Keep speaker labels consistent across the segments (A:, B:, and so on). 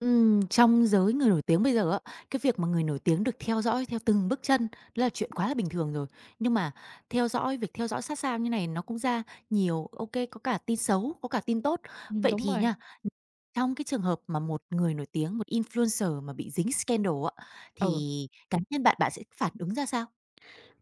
A: Trong giới người nổi tiếng bây giờ á, cái việc mà người nổi tiếng được theo dõi theo từng bước chân đó là chuyện quá là bình thường rồi. Nhưng mà theo dõi việc theo dõi sát sao như này nó cũng ra nhiều ok có cả tin xấu, có cả tin tốt. Vậy
B: Đúng
A: thì
B: rồi.
A: nha, trong cái trường hợp mà một người nổi tiếng, một influencer mà bị dính scandal á,
B: Ừ,
A: thì cá nhân bạn, bạn sẽ phản ứng ra sao?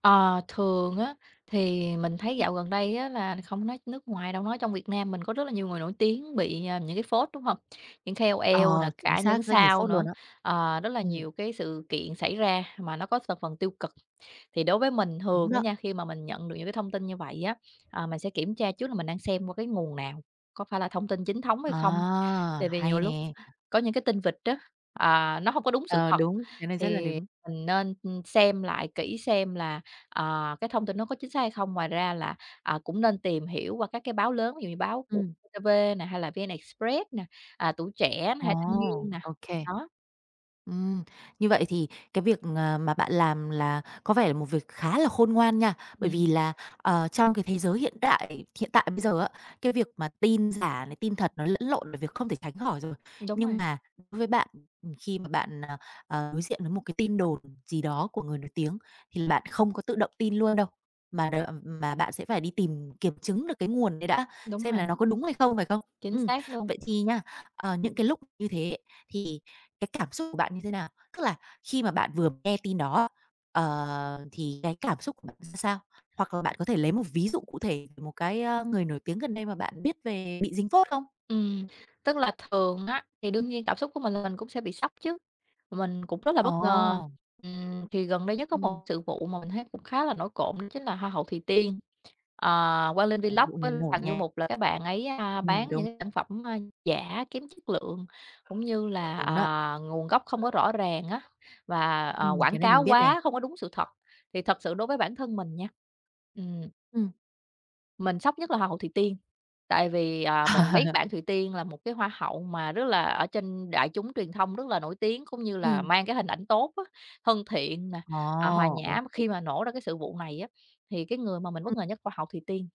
B: ờ, thường á thì mình thấy dạo gần đây á là không nói nước ngoài đâu, nói trong Việt Nam mình có rất là nhiều người nổi tiếng bị, những cái phốt, đúng không? Những KOL
A: Ờ,
B: nè,
A: chính
B: cả những
A: xác, rất nhiều
B: sao
A: phốt luôn
B: nữa,
A: á.
B: rất là
A: Ừm,
B: nhiều cái sự kiện xảy ra mà nó có thành phần tiêu cực. Thì đối với mình
A: đúng
B: thường á
A: đó.
B: nha, khi mà mình nhận được những cái thông tin như vậy á, mình sẽ kiểm tra trước là mình đang xem qua cái nguồn nào, có phải là thông tin chính thống hay không?
A: À,
B: Tại vì nhiều
A: hay
B: lúc
A: nè.
B: có những cái tin vịt á, nó hông có đúng sự
A: Ờ,
B: thật,
A: đúng, cái này rất là
B: thì
A: đúng.
B: mình nên, xem lại kỹ xem là, cái thông tin nó có chính xác hay không. Ngoài ra là, cũng nên tìm hiểu qua các cái báo lớn, ví dụ như báo của
A: Ừm,
B: VTV nè, hay là VnExpress Express nè, Tuổi Trẻ nè,
A: ồ,
B: hay Thanh Niên nè.
A: ô.
B: Đó,
A: Ừm, Như vậy thì cái việc, mà bạn làm là có vẻ là một việc khá là khôn ngoan nha. Bởi
B: ừm,
A: vì là, trong cái thế giới hiện đại hiện tại bây giờ á, cái việc mà tin giả này, tin thật nó lẫn lộn là việc không thể tránh khỏi rồi.
B: đúng
A: Nhưng
B: rồi,
A: mà đối với bạn, khi mà bạn, đối diện với một cái tin đồn gì đó của người nổi tiếng thì là bạn không có tự động tin luôn đâu, mà đ mà bạn sẽ phải đi tìm kiểm chứng được cái nguồn đấy đã,
B: đúng
A: xem là
B: rồi,
A: nó có đúng hay không, phải không?
B: chính
A: Ừm,
B: xác luôn.
A: Vậy thì nha, những cái lúc như thế ấy, thì cái cảm xúc của bạn như thế nào? Tức là khi mà bạn vừa nghe tin đó, thì cái cảm xúc của bạn ra sao? Hoặc là bạn có thể lấy một ví dụ cụ thể về một cái, người nổi tiếng gần đây mà bạn biết về bị dính phốt không?
B: Ừm, tức là thường á, thì đương nhiên cảm xúc của mình là mình cũng sẽ bị sốc chứ, mình cũng rất là bất ngờ.
A: Ồ,
B: Thì gần đây nhất có
A: ừm,
B: một sự vụ mà mình thấy cũng khá là nổi cộm đó chính là Hoa hậu Thùy Tiên. Ờ, Quang Linh Vlog
A: vụ
B: với
A: này nổi
B: Hoàng Du
A: nha.
B: Mục là các bạn ấy, bán
A: Đúng,
B: những cái sản phẩm, giả, kém chất lượng, cũng như là,
A: đúng đó.
B: nguồn gốc không có rõ ràng á, và,
A: Cái
B: quảng
A: này
B: cáo
A: mình biết này.
B: quá, không có đúng sự thật. Thì thật sự đối với bản thân mình nha, ừm,
A: Ừm.
B: mình sốc nhất là Hoa hậu Thùy Tiên. Tại vì, mình biết bạn Thủy Tiên là một cái hoa hậu mà rất là ở trên đại chúng truyền thông rất là nổi tiếng, cũng như là
A: Ừm.
B: mang cái hình ảnh tốt á, thân thiện nè,
A: Ồ,
B: hòa
A: ô.
B: nhã. Khi mà nổ ra cái sự vụ này á, thì cái người mà mình bất ngờ nhất hoa hậu Thùy Tiên.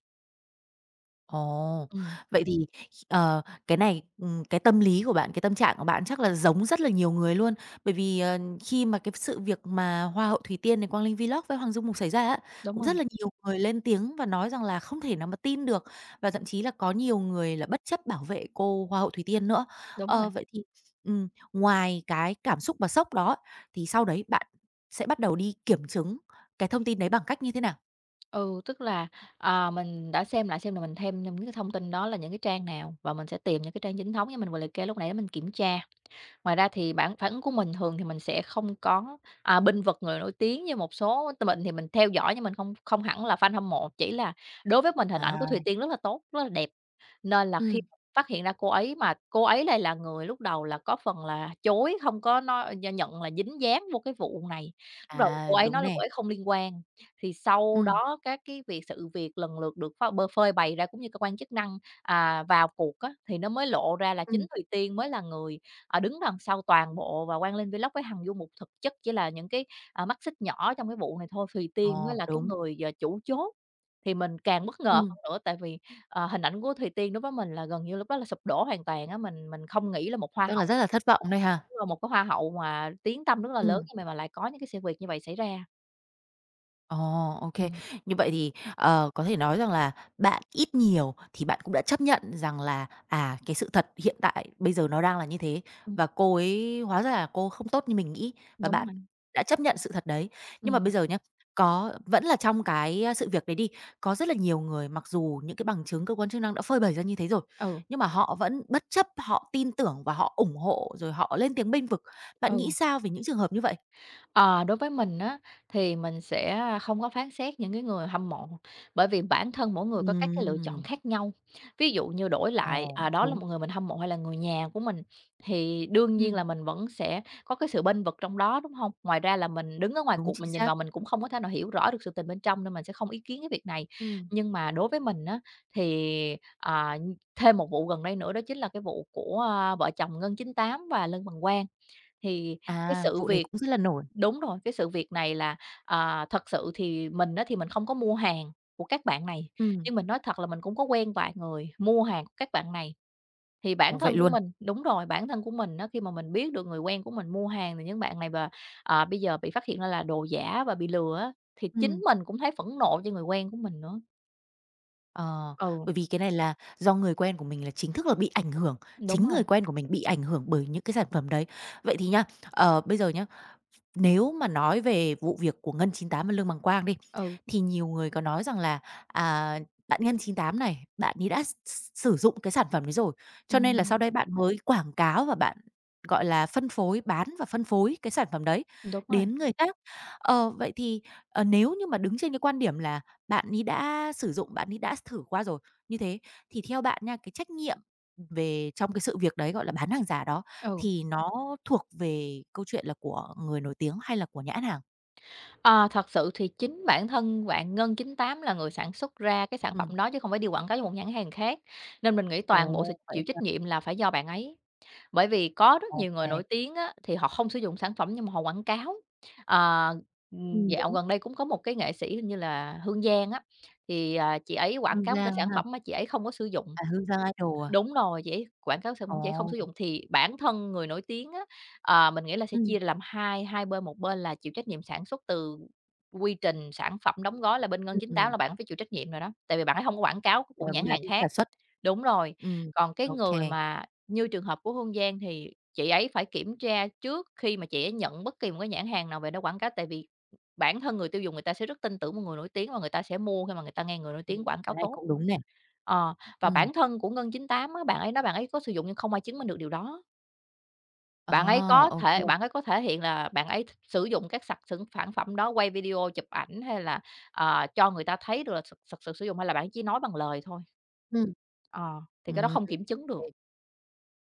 A: Ồ,
B: Ừm,
A: vậy thì, cái này, cái tâm lý của bạn, cái tâm trạng của bạn chắc là giống rất là nhiều người luôn. Bởi vì, khi mà cái sự việc mà Hoa hậu Thủy Tiên này, Quang Linh Vlog với Hoàng Dung Mục xảy ra á,
B: đúng
A: cũng rất
B: rồi,
A: là nhiều người lên tiếng và nói rằng là không thể nào mà tin được, và thậm chí là có nhiều người là bất chấp bảo vệ cô Hoa hậu Thủy Tiên nữa.
B: đúng rồi.
A: Ờ, vậy thì, ngoài cái cảm xúc và sốc đó, thì sau đấy bạn sẽ bắt đầu đi kiểm chứng cái thông tin đấy bằng cách như thế nào?
B: Ừ, tức là, mình đã xem lại xem là mình thêm những cái thông tin đó là những cái trang nào và mình sẽ tìm những cái trang chính thống như mình vừa liệt kê lúc nãy để mình kiểm tra. Ngoài ra thì bản phản ứng của mình thường thì mình sẽ không có, bênh vực người nổi tiếng như một số t mình thì mình theo dõi nhưng mình không không hẳn là fan hâm mộ, chỉ là đối với mình hình ảnh
A: À.
B: của Thùy Tiên rất là tốt, rất là đẹp. Nên là khi
A: Ừm.
B: phát hiện ra cô ấy mà cô ấy lại là người lúc đầu là có phần là chối, không có nói nhận là dính dáng vô cái vụ này. Lúc đầu
A: À,
B: cô ấy
A: đúng
B: nói là
A: nè.
B: cô ấy không liên quan, thì sau
A: Ừm.
B: đó các cái việc sự việc lần lượt được ph bơ phơi bày ra cũng như cơ quan chức năng, vào cuộc á, thì nó mới lộ ra là chính Thùy Tiên mới là người đứng đằng sau toàn bộ và Quang Linh Vlog với Hằng Du Mục thực chất chỉ là những cái, mắt xích nhỏ trong cái vụ này thôi. Thùy Tiên mới
A: Ồ,
B: là cái
A: đúng.
B: người, chủ chốt, thì mình càng bất ngờ
A: Ừm,
B: hơn nữa tại vì, hình ảnh của Thùy Tiên đối với mình là gần như lúc đó là sụp đổ hoàn toàn á, mình không nghĩ là một hoa
A: Tức là rất
B: hậu
A: là thất vọng đây ha?
B: đúng rồi, một cái hoa hậu mà tiếng tăm rất là lớn
A: Ừm.
B: nhưng mà lại có những cái sự việc như vậy xảy ra.
A: Ồ, ô.
B: Ừm,
A: Như vậy thì, có thể nói rằng là bạn ít nhiều thì bạn cũng đã chấp nhận rằng là, cái sự thật hiện tại bây giờ nó đang là như thế,
B: ừm,
A: và cô ấy hóa ra là cô không tốt như mình nghĩ, và
B: đúng
A: bạn
B: rồi,
A: đã chấp nhận sự thật đấy. Nhưng mà bây
B: ừm,
A: giờ nhá, có vẫn là trong cái, sự việc đấy đi, có rất là nhiều người mặc dù những cái bằng chứng cơ quan chức năng đã phơi bày ra như thế rồi,
B: ừ,
A: nhưng mà họ vẫn bất chấp, họ tin tưởng và họ ủng hộ, rồi họ lên tiếng bênh vực. Bạn nghĩ
B: ừ.
A: sao về những trường hợp như vậy?
B: Ờ, đối với mình á, thì mình sẽ không có phán xét những cái người hâm mộ, bởi vì bản thân mỗi người có các cái lựa chọn
A: Ừm,
B: khác nhau. Ví dụ như đổi lại,
A: ồ,
B: đó là
A: đúng.
B: một người mình hâm mộ hay là người nhà của mình, thì đương nhiên
A: Ừm.
B: là mình vẫn sẽ có cái sự bênh vực trong đó, đúng không? Ngoài ra là mình đứng ở ngoài
A: Đúng,
B: cuộc
A: chính
B: mình nhìn
A: xác.
B: vào mình cũng không có thể nào hiểu rõ được sự tình bên trong nên mình sẽ không ý kiến cái việc này.
A: Ừm.
B: Nhưng mà đối với mình á, thì, thêm một vụ gần đây nữa đó chính là cái vụ của, vợ chồng Ngân chín tám và Lân Bằng Quang. Thì cái
A: À,
B: sự
A: vụ đấy
B: việc
A: cũng rất là nổi.
B: đúng rồi, cái sự việc này là, thật sự thì mình á, thì mình không có mua hàng của các bạn này,
A: Ừm.
B: nhưng mình nói thật là mình cũng có quen vài người mua hàng của các bạn này. Thì
A: Ồ,
B: bản
A: vậy
B: thân của
A: luôn?
B: mình đúng rồi, bản thân của mình á, khi mà mình biết được người quen của mình mua hàng thì những bạn này và, bây giờ bị phát hiện ra là đồ giả và bị lừa á, thì chính
A: Ừm.
B: mình cũng thấy phẫn nộ cho người quen của mình nữa.
A: Ờ,
B: Ừ,
A: bởi vì cái này là do người quen của mình là chính thức là bị ảnh hưởng,
B: đúng
A: chính
B: rồi,
A: người quen của mình bị ảnh hưởng bởi những cái sản phẩm đấy. Vậy thì nha, bây giờ nhá. Nếu mà nói về vụ việc của Ngân Chín Tám và Lương Bằng Quang đi,
B: ừ,
A: thì nhiều người có nói rằng là, à, bạn Ngân Chín Tám này, bạn ấy đã s s sử dụng cái sản phẩm đấy rồi, cho nên là sau
B: ừm,
A: đây bạn mới quảng cáo và bạn, gọi là, phân phối, bán và phân phối cái sản phẩm đấy
B: đúng rồi,
A: đến người khác. Ờ, vậy thì, nếu như mà đứng trên cái quan điểm là bạn ấy đã sử dụng, bạn ấy đã thử qua rồi, như thế thì theo bạn nha, cái trách nhiệm về trong cái sự việc đấy, gọi là, bán hàng giả đó
B: ừ.
A: thì nó thuộc về câu chuyện là của người nổi tiếng hay là của nhãn hàng?
B: Ờ, thật sự thì chính bản thân bạn ngân chín tám là người sản xuất ra cái sản
A: Ừm.
B: phẩm đó chứ không phải đi quảng cáo cho một nhãn hàng khác, nên mình nghĩ toàn bộ sự
A: Ồ, vậy
B: chịu
A: hả?
B: trách nhiệm là phải do bạn ấy. Bởi vì có rất
A: Ô
B: nhiều người
A: kê.
B: nổi tiếng á, thì họ không sử dụng sản phẩm nhưng mà họ quảng cáo. Ờ,
A: Ừm.
B: dạo
A: Đúng.
B: gần đây cũng có một cái nghệ sĩ hình như là Hương Giang á, thì, chị ấy quảng
A: Hương
B: cáo một cái
A: Giang,
B: sản phẩm mà chị ấy không có sử dụng.
A: à, Hương Giang Idol à?
B: Đúng rồi, dễ quảng cáo sản phẩm dễ không
A: Ồ.
B: sử dụng thì bản thân người nổi tiếng á, mình nghĩ là sẽ
A: Ừm.
B: chia làm hai hai bên, một bên là chịu trách nhiệm sản xuất từ quy trình sản phẩm đóng gói là bên
A: Ừm,
B: Ngân 98
A: ừm,
B: là bạn phải chịu trách nhiệm rồi đó, tại vì bạn ấy không có quảng cáo của
A: ờ,
B: nhãn
A: bà
B: hàng
A: ấy
B: khác.
A: sản xuất.
B: Đúng rồi,
A: Ừm,
B: còn cái
A: ô
B: người
A: kê.
B: mà như trường hợp của Hương Giang thì chị ấy phải kiểm tra trước khi mà chị ấy nhận bất kỳ một cái nhãn hàng nào về đó quảng cáo, tại vì bản thân người tiêu dùng người ta sẽ rất tin tưởng một người nổi tiếng và người ta sẽ mua khi mà người ta nghe người nổi tiếng quảng cáo
A: Cái này
B: tốt.
A: cũng đúng nè.
B: Ờ, và
A: Ừm,
B: bản thân của Ngân chín tám á, bạn ấy nói bạn ấy có sử dụng nhưng không ai chứng minh được điều đó.
A: ờ, ô kê.
B: Bạn ấy có thể hiện là bạn ấy sử dụng các sặc sững sản phẩm đó, quay video, chụp ảnh hay là, cho người ta thấy được là thực thực sự sử dụng hay là bạn chỉ nói bằng lời thôi.
A: Ừm.
B: Ờ, thì cái đó
A: Ừm.
B: không kiểm chứng được.
A: Ừm.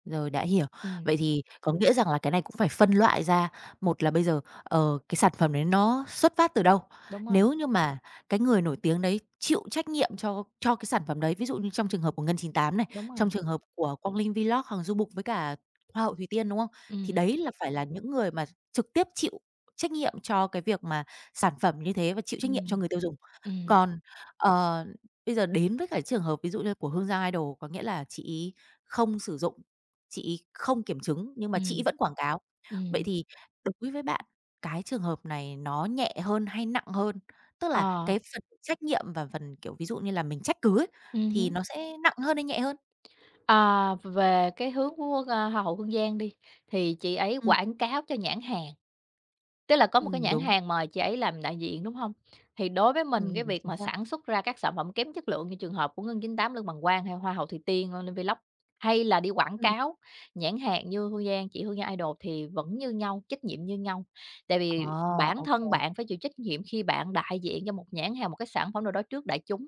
A: Rồi, đã hiểu.
B: Ừm,
A: Vậy thì có nghĩa rằng là cái này cũng phải phân loại ra. Một là bây giờ, cái sản phẩm đấy nó xuất phát từ đâu?
B: đúng rồi,
A: Nếu như mà cái người nổi tiếng đấy chịu trách nhiệm cho cái sản phẩm đấy, ví dụ như trong trường hợp của Ngân Chín Tám này,
B: đúng rồi.
A: trong trường hợp của Quang Linh Vlog, Hằng Du Mục với cả Hoa hậu Thùy Tiên, đúng không? Thì
B: Ừm,
A: đấy là phải là những người mà trực tiếp chịu trách nhiệm cho cái việc mà sản phẩm như thế và chịu trách nhiệm cho
B: ừm,
A: người tiêu dùng.
B: ừm,
A: Còn, ờ, bây giờ đến với cả trường hợp ví dụ như của Hương Giang Idol, có nghĩa là chị ấy không sử dụng, chị không kiểm chứng nhưng mà chị
B: ừm,
A: vẫn quảng cáo. Vậy
B: ừm.
A: thì đối với bạn, cái trường hợp này nó nhẹ hơn hay nặng hơn? Tức là
B: Ờ,
A: cái phần trách nhiệm và phần, kiểu, ví dụ như là mình trách cứ ấy, thì
B: hứm.
A: nó sẽ nặng hơn hay nhẹ hơn?
B: Ờ, về cái hướng của, Hoa hậu Hương Giang đi, thì chị ấy
A: Ừm,
B: quảng cáo cho nhãn hàng tức là có một cái nhãn
A: đúng,
B: hàng mời chị ấy làm đại diện, đúng hông? Thì đối với mình cái
A: đúng,
B: việc
A: chính
B: mà
A: xác.
B: sản xuất ra các sản phẩm kém chất lượng như trường hợp của Ngân Chín tám Lương Bằng Quang, hay Hoa hậu Thùy Tiên, Lân Vlog, hay là đi quảng
A: Ừm.
B: cáo nhãn hàng như Hương Giang, chị Hương Giang Idol thì vẫn như nhau, trách nhiệm như nhau. Tại vì
A: Ờ,
B: bản
A: ô kê,
B: thân bạn phải chịu trách nhiệm khi bạn đại diện cho một nhãn hàng, một cái sản phẩm nào đó trước đại chúng.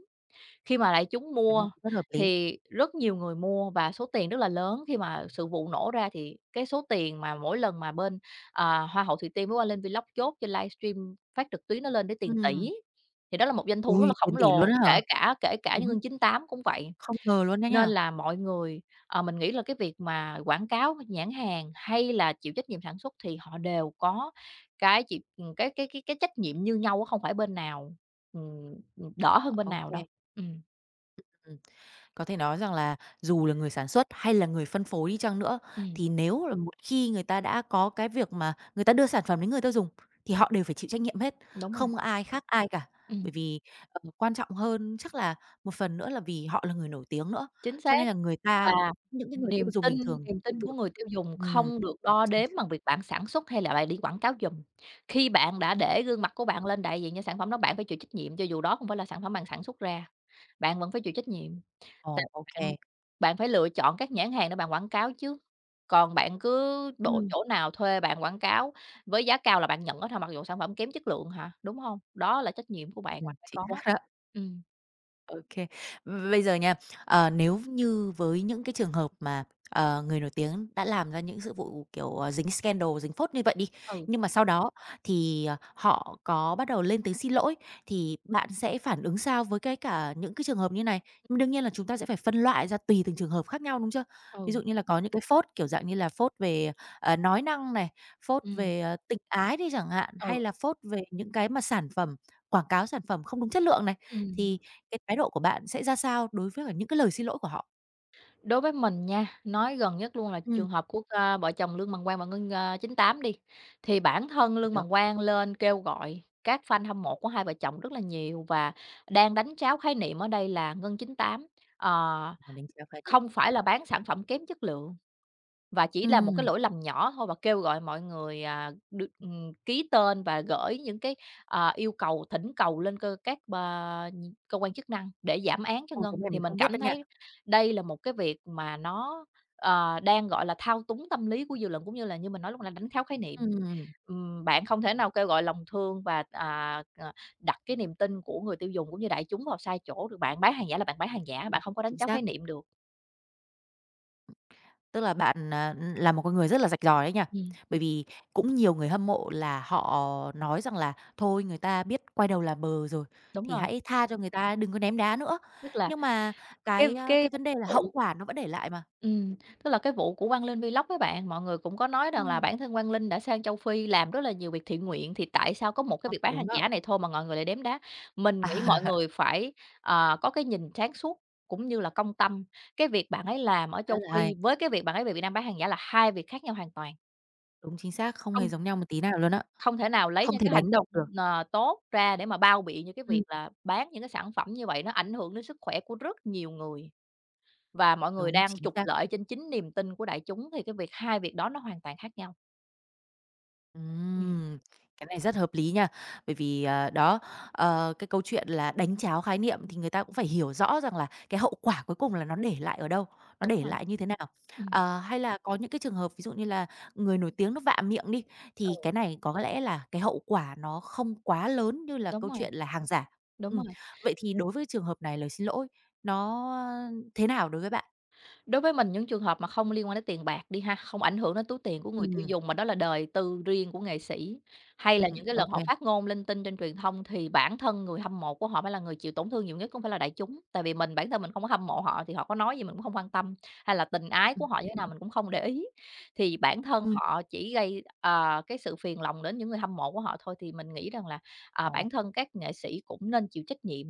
B: Khi mà đại chúng
A: cái này
B: mua
A: cũng rất hợp lý.
B: thì rất nhiều người mua và số tiền rất là lớn, khi mà sự vụ nổ ra thì cái số tiền mà mỗi lần mà bên, Hoa hậu Thùy Tiên với Hoa Linh Vlog chốt trên livestream phát trực tuyến nó lên đến tiền
A: Ừm.
B: tỷ, thì đó là một doanh thu rất
A: Ôi,
B: là
A: tiền
B: khổng
A: tỷ luôn
B: lồ,
A: á
B: kể
A: hả?
B: cả kể cả những
A: Đúng,
B: như chín tám cũng vậy.
A: không ngờ luôn đó
B: Nên
A: nha.
B: là mọi người, mình nghĩ là cái việc mà quảng cáo nhãn hàng hay là chịu trách nhiệm sản xuất thì họ đều có cái chịu cái trách nhiệm như nhau á, không phải bên nào, ừm, đỡ hơn bên
A: Ô
B: nào
A: kê,
B: đâu. Ừm.
A: ừm. Có thể nói rằng là dù là người sản xuất hay là người phân phối đi chăng nữa,
B: Ừm,
A: thì nếu là một khi người ta đã có cái việc mà người ta đưa sản phẩm đến người tiêu dùng thì họ đều phải chịu trách nhiệm hết,
B: đúng rồi,
A: không ai khác ai cả.
B: ừm,
A: Bởi vì, quan trọng hơn chắc là một phần nữa là vì họ là người nổi tiếng nữa,
B: chính
A: cho
B: xác
A: nên là người ta
B: và
A: những cái người tiêu
B: niềm
A: dùng
B: tin
A: bình thường
B: niềm
A: tin
B: tin của
A: tưởng.
B: người tiêu dùng
A: Ừm.
B: không được đo
A: Chính-.
B: đếm bằng việc bạn sản xuất hay là bạn đi quảng cáo giùm. Khi bạn đã để gương mặt của bạn lên đại diện cho sản phẩm đó, bạn phải chịu trách nhiệm cho dù đó không phải là sản phẩm bạn sản xuất ra, bạn vẫn phải chịu trách nhiệm, tại
A: Ồ, ok
B: bạn
A: kê.
B: bạn phải lựa chọn các nhãn hàng để bạn quảng cáo chứ. Còn bạn cứ đổ
A: Ừm.
B: chỗ nào thuê bạn quảng cáo với giá cao là bạn nhận á thôi, mặc dù sản phẩm kém chất lượng hả, đúng hông? Đó là trách nhiệm của bạn, bạn phải
A: Chính
B: có.
A: xác đó.
B: Ừm,
A: OK. Bây giờ nha, nếu như với những cái trường hợp mà, người nổi tiếng đã làm ra những sự vụ, kiểu, dính scandal, dính phốt như vậy đi,
B: ừ,
A: nhưng mà sau đó thì, họ có bắt đầu lên tiếng xin lỗi, thì bạn sẽ phản ứng sao với cái cả những cái trường hợp như này? Nhưng đương nhiên là chúng ta sẽ phải phân loại ra tùy từng trường hợp khác nhau, đúng chưa? Ví
B: ừ,
A: dụ như là có những cái phốt, kiểu dạng như là, phốt về, nói năng này, phốt
B: ừm.
A: về, tình ái đi chẳng hạn, hay
B: Ừ,
A: là phốt về những cái mà sản phẩm quảng cáo sản phẩm không đúng chất lượng này,
B: ừm.
A: thì cái thái độ của bạn sẽ ra sao đối với cả những cái lời xin lỗi của họ?
B: Đối với mình nha, nói gần nhất luôn là
A: Ừm.
B: trường hợp của, vợ chồng Lương Bằng Quang và Ngân, chín tám đi, thì bản thân Lương
A: Được,
B: Bằng Quang lên kêu gọi các fan hâm mộ của hai vợ chồng rất là nhiều và đang đánh tráo khái niệm ở đây là Ngân 98, ờ,
A: mình đánh giá khái niệm.
B: không phải là bán sản phẩm kém chất lượng. Và chỉ là một cái
A: Ừm.
B: lỗi lầm nhỏ thôi và kêu gọi mọi người, được, ký tên và gửi những cái, yêu cầu, thỉnh cầu lên cơ các ba cơ quan chức năng để giảm án cho
A: Ồ, cái
B: Ngân.
A: này
B: Thì
A: mình
B: mình
A: không biết
B: cảm
A: đâu nha.
B: thấy đây là một cái việc mà nó, đang, gọi là, thao túng tâm lý của dư luận, cũng như là như mình nói lúc nãy đánh tháo khái niệm.
A: Ừm.
B: Bạn không thể nào kêu gọi lòng thương và, đặt cái niềm tin của người tiêu dùng cũng như đại chúng vào sai chỗ được. Bạn bán hàng giả là bạn bán hàng giả, bạn
A: Đúng,
B: không có đánh
A: chính
B: tráo khái
A: xác.
B: niệm được.
A: Tức là bạn, là một con người rất là rạch ròi đấy nha.
B: Ừm,
A: Bởi vì cũng nhiều người hâm mộ là họ nói rằng là "Thôi, người ta biết quay đầu là bờ rồi,
B: đúng
A: thì
B: rồi.
A: hãy tha cho người ta, đừng có ném đá nữa."
B: tức là
A: Nhưng mà
B: cái
A: cái, a,
B: cái
A: cái vấn đề là hậu
B: vụ
A: quả nó vẫn để lại mà.
B: Ừm, tức là cái vụ của Quang Linh Vlog với bạn, mọi người cũng có nói rằng là
A: Ừm.
B: bản thân Quang Linh đã sang châu Phi làm rất là nhiều việc thiện nguyện, thì tại sao có một cái
A: Ờ,
B: việc bán hàng
A: đúng đó.
B: giả này thôi mà mọi người lại đếm đá? Mình nghĩ mọi người phải, có cái nhìn sáng suốt cũng như là công tâm. Cái việc bạn ấy làm ở
A: À, rất
B: châu
A: là
B: Phi
A: hay.
B: với cái việc bạn ấy về Việt Nam bán hàng giả là hai việc khác nhau hoàn toàn,
A: Đúng, chính xác, không hề
B: không
A: giống nhau một tí nào luôn á.
B: không thể nào lấy
A: Không
B: những
A: thể
B: cái hành
A: đánh
B: động,
A: đồng được.
B: tốt ra để mà bao biện những cái việc
A: Ừm.
B: là bán những cái sản phẩm như vậy nó ảnh hưởng đến sức khỏe của rất nhiều người. Và mọi người
A: Đúng,
B: đang
A: chính
B: trục
A: xác.
B: lợi trên chính niềm tin của đại chúng thì cái việc hai việc đó nó hoàn toàn khác nhau. Ừm,
A: Ừm, cái này rất hợp lý nha. Bởi vì, đó, cái câu chuyện là đánh cháo khái niệm thì người ta cũng phải hiểu rõ rằng là cái hậu quả cuối cùng là nó để lại ở đâu, nó
B: đúng
A: để
B: rồi.
A: lại như thế nào.
B: Ừm.
A: Ờ, hay là có những cái trường hợp ví dụ như là người nổi tiếng nó vạ miệng đi,
B: Ừ,
A: thì cái này có lẽ là cái hậu quả nó không quá lớn như là
B: đúng
A: câu
B: rồi,
A: chuyện là hàng giả.
B: đúng
A: Ừm,
B: rồi.
A: Vậy thì đối với trường hợp này lời xin lỗi nó, thế nào đối với bạn?
B: Đối với mình những trường hợp mà không liên quan đến tiền bạc đi ha, không ảnh hưởng đến túi tiền của người tiêu
A: Ừm,
B: dùng mà đó là đời tư riêng của nghệ sĩ, hay là
A: ừm,
B: những cái
A: ô
B: lần
A: kê.
B: họ phát ngôn linh tinh trên truyền thông thì bản thân người hâm mộ của họ phải là người chịu tổn thương nhiều nhất, không phải là đại chúng. Tại vì mình bản thân mình không có hâm mộ họ thì họ có nói gì mình cũng không quan tâm, hay là tình ái
A: Ừm,
B: của họ như thế nào mình cũng không để ý. Thì bản thân họ chỉ gây, cái sự phiền lòng đến những người hâm mộ của họ thôi, thì mình nghĩ rằng là,
A: ồ,
B: bản thân các nghệ sĩ cũng nên chịu trách nhiệm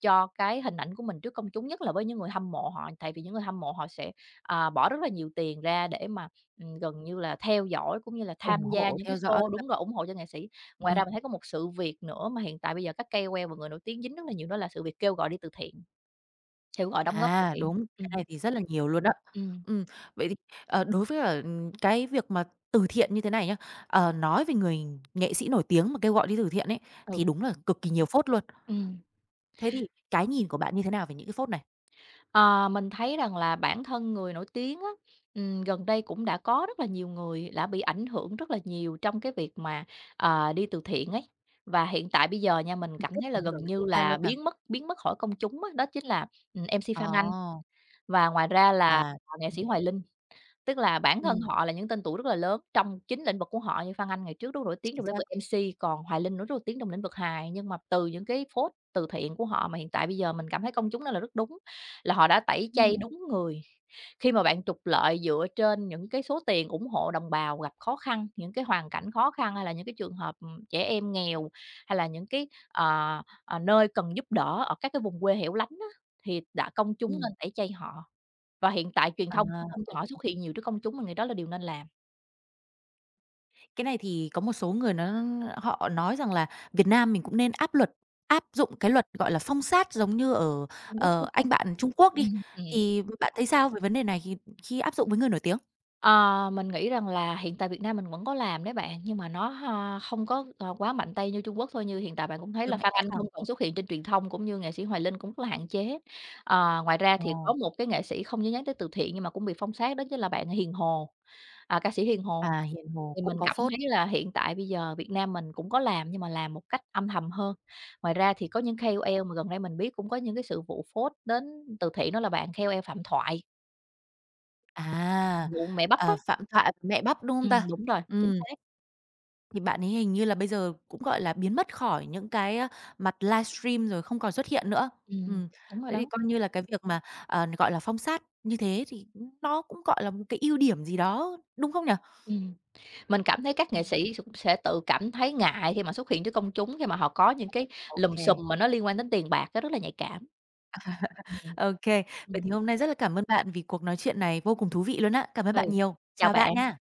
B: cho cái hình ảnh của mình trước công chúng, nhất là với những người hâm mộ họ. Tại vì những người hâm mộ họ sẽ, bỏ rất là nhiều tiền ra để mà, gần như là theo dõi cũng như là
A: ủng
B: tham gia
A: hộ,
B: những cái
A: theo dõi.
B: show đúng rồi, ủng hộ cho nghệ sĩ. Ngoài ra mình thấy có một sự việc nữa mà hiện tại bây giờ các KOL và người nổi tiếng dính rất là nhiều, đó là sự việc kêu gọi đi từ thiện, kêu gọi đóng góp từ
A: À,
B: thiện.
A: đúng,
B: Ừ,
A: cái này thì rất là nhiều luôn đó.
B: ừ,
A: Ừm, Vậy thì, đối với, cái việc mà từ thiện như thế này nhá, nói về người nghệ sĩ nổi tiếng mà kêu gọi đi từ thiện ấy, thì
B: ừ,
A: đúng là cực kỳ nhiều phốt luôn.
B: ừm.
A: Thế thì cái nhìn của bạn như thế nào về những cái phốt này?
B: Ờ, mình thấy rằng là bản thân người nổi tiếng á, gần đây cũng đã có rất là nhiều người đã bị ảnh hưởng rất là nhiều trong cái việc mà, đi từ thiện ấy. Và hiện tại bây giờ nha, mình
A: Trực tiếp
B: cảm thấy là
A: ảnh
B: gần
A: hưởng đến người
B: như
A: ta luôn
B: là
A: hả?
B: biến mất khỏi công chúng á, đó chính là, em MC Phan Anh
A: Ồ,
B: và ngoài ra là,
A: à,
B: nghệ
A: đúng
B: sĩ
A: đấy.
B: Hoài Linh. Tức là bản thân
A: Ừm,
B: họ là những tên tuổi rất là lớn trong chính lĩnh vực của họ, như Phan Anh ngày trước rất nổi tiếng
A: chính
B: trong lĩnh
A: xác.
B: vực MC, còn Hoài Linh nữa rất nổi tiếng trong lĩnh vực hài. Nhưng mà từ những cái phốt từ thiện của họ mà hiện tại bây giờ mình cảm thấy công chúng đó là rất đúng, là họ đã tẩy chay
A: Ừm,
B: đúng người. Khi mà bạn trục lợi dựa trên những cái số tiền ủng hộ đồng bào gặp khó khăn, những cái hoàn cảnh khó khăn hay là những cái trường hợp, trẻ em nghèo, hay là những cái, nơi cần giúp đỡ ở các cái vùng quê hẻo lánh á, thì đã công chúng nên
A: ừm,
B: tẩy chay họ. Và hiện tại truyền
A: à,
B: thông cũng không
A: ô.
B: cho họ xuất hiện nhiều trước công chúng, mình nghĩ đó là điều nên làm.
A: Cái này thì có một số người nó họ nói rằng là Việt Nam mình cũng nên áp luật áp dụng cái luật, gọi là, phong sát giống như ở,
B: Trung Quốc, đúng
A: anh
B: hông?
A: bạn Trung Quốc đi.
B: Ừm.
A: Thì bạn thấy sao về vấn đề này khi khi áp dụng với người nổi tiếng?
B: Ờ, mình nghĩ rằng là hiện tại Việt Nam mình vẫn có làm đấy bạn, nhưng mà nó ha không có, quá mạnh tay như Trung Quốc thôi. Như hiện tại bạn cũng thấy
A: Đưa
B: là
A: mạnh
B: Phan
A: mẽ
B: Anh
A: vào.
B: không còn xuất hiện trên truyền thông, cũng như nghệ sĩ Hoài Linh cũng rất là hạn chế. Ngoài ra
A: Ờ,
B: thì có một cái nghệ sĩ không nhớ nhắc tới từ thiện nhưng mà cũng bị phong sát đó chính là bạn Hiền Hồ, à, ca sĩ Hiền Hồ.
A: à, Hiền Hồ
B: Thì
A: cũng
B: mình
A: có
B: cảm
A: phốt.
B: thấy là hiện tại bây giờ Việt Nam mình cũng có làm nhưng mà làm một cách âm thầm hơn. Ngoài ra thì có những KOL mà gần đây mình biết cũng có những cái sự vụ phốt đến từ thiện, đó là bạn KOL Phạm Thoại,
A: À,
B: vụ mẹ bắp á.
A: à, Phạm Thoại mẹ bắp, đúng không ta?
B: Đúng rồi, chính
A: Ừ.
B: xác.
A: Thì bạn ấy hình như là bây giờ cũng, gọi là, biến mất khỏi những cái, mặt livestream rồi không còn xuất hiện nữa.
B: Ừm,
A: Ừm,
B: đúng rồi
A: Thế thì
B: đó.
A: coi như là cái việc mà, gọi là, phong sát như thế thì nó cũng, gọi là, một cái ưu điểm gì đó, đúng không nhỉ?
B: Ừm, mình cảm thấy các nghệ
A: Ừm,
B: sĩ sẽ tự cảm thấy ngại khi mà xuất hiện trước công chúng, khi mà họ có những cái
A: OK
B: lùm
A: kê.
B: xùm mà nó liên quan đến tiền bạc, nó rất là nhạy cảm. Ừm.
A: Vậy thì
B: Ừm,
A: hôm nay rất là cảm ơn bạn vì cuộc nói chuyện này vô cùng thú vị luôn á. Cảm ơn
B: ừ,
A: bạn nhiều.
B: chào
A: Chào
B: bạn.
A: bạn nha.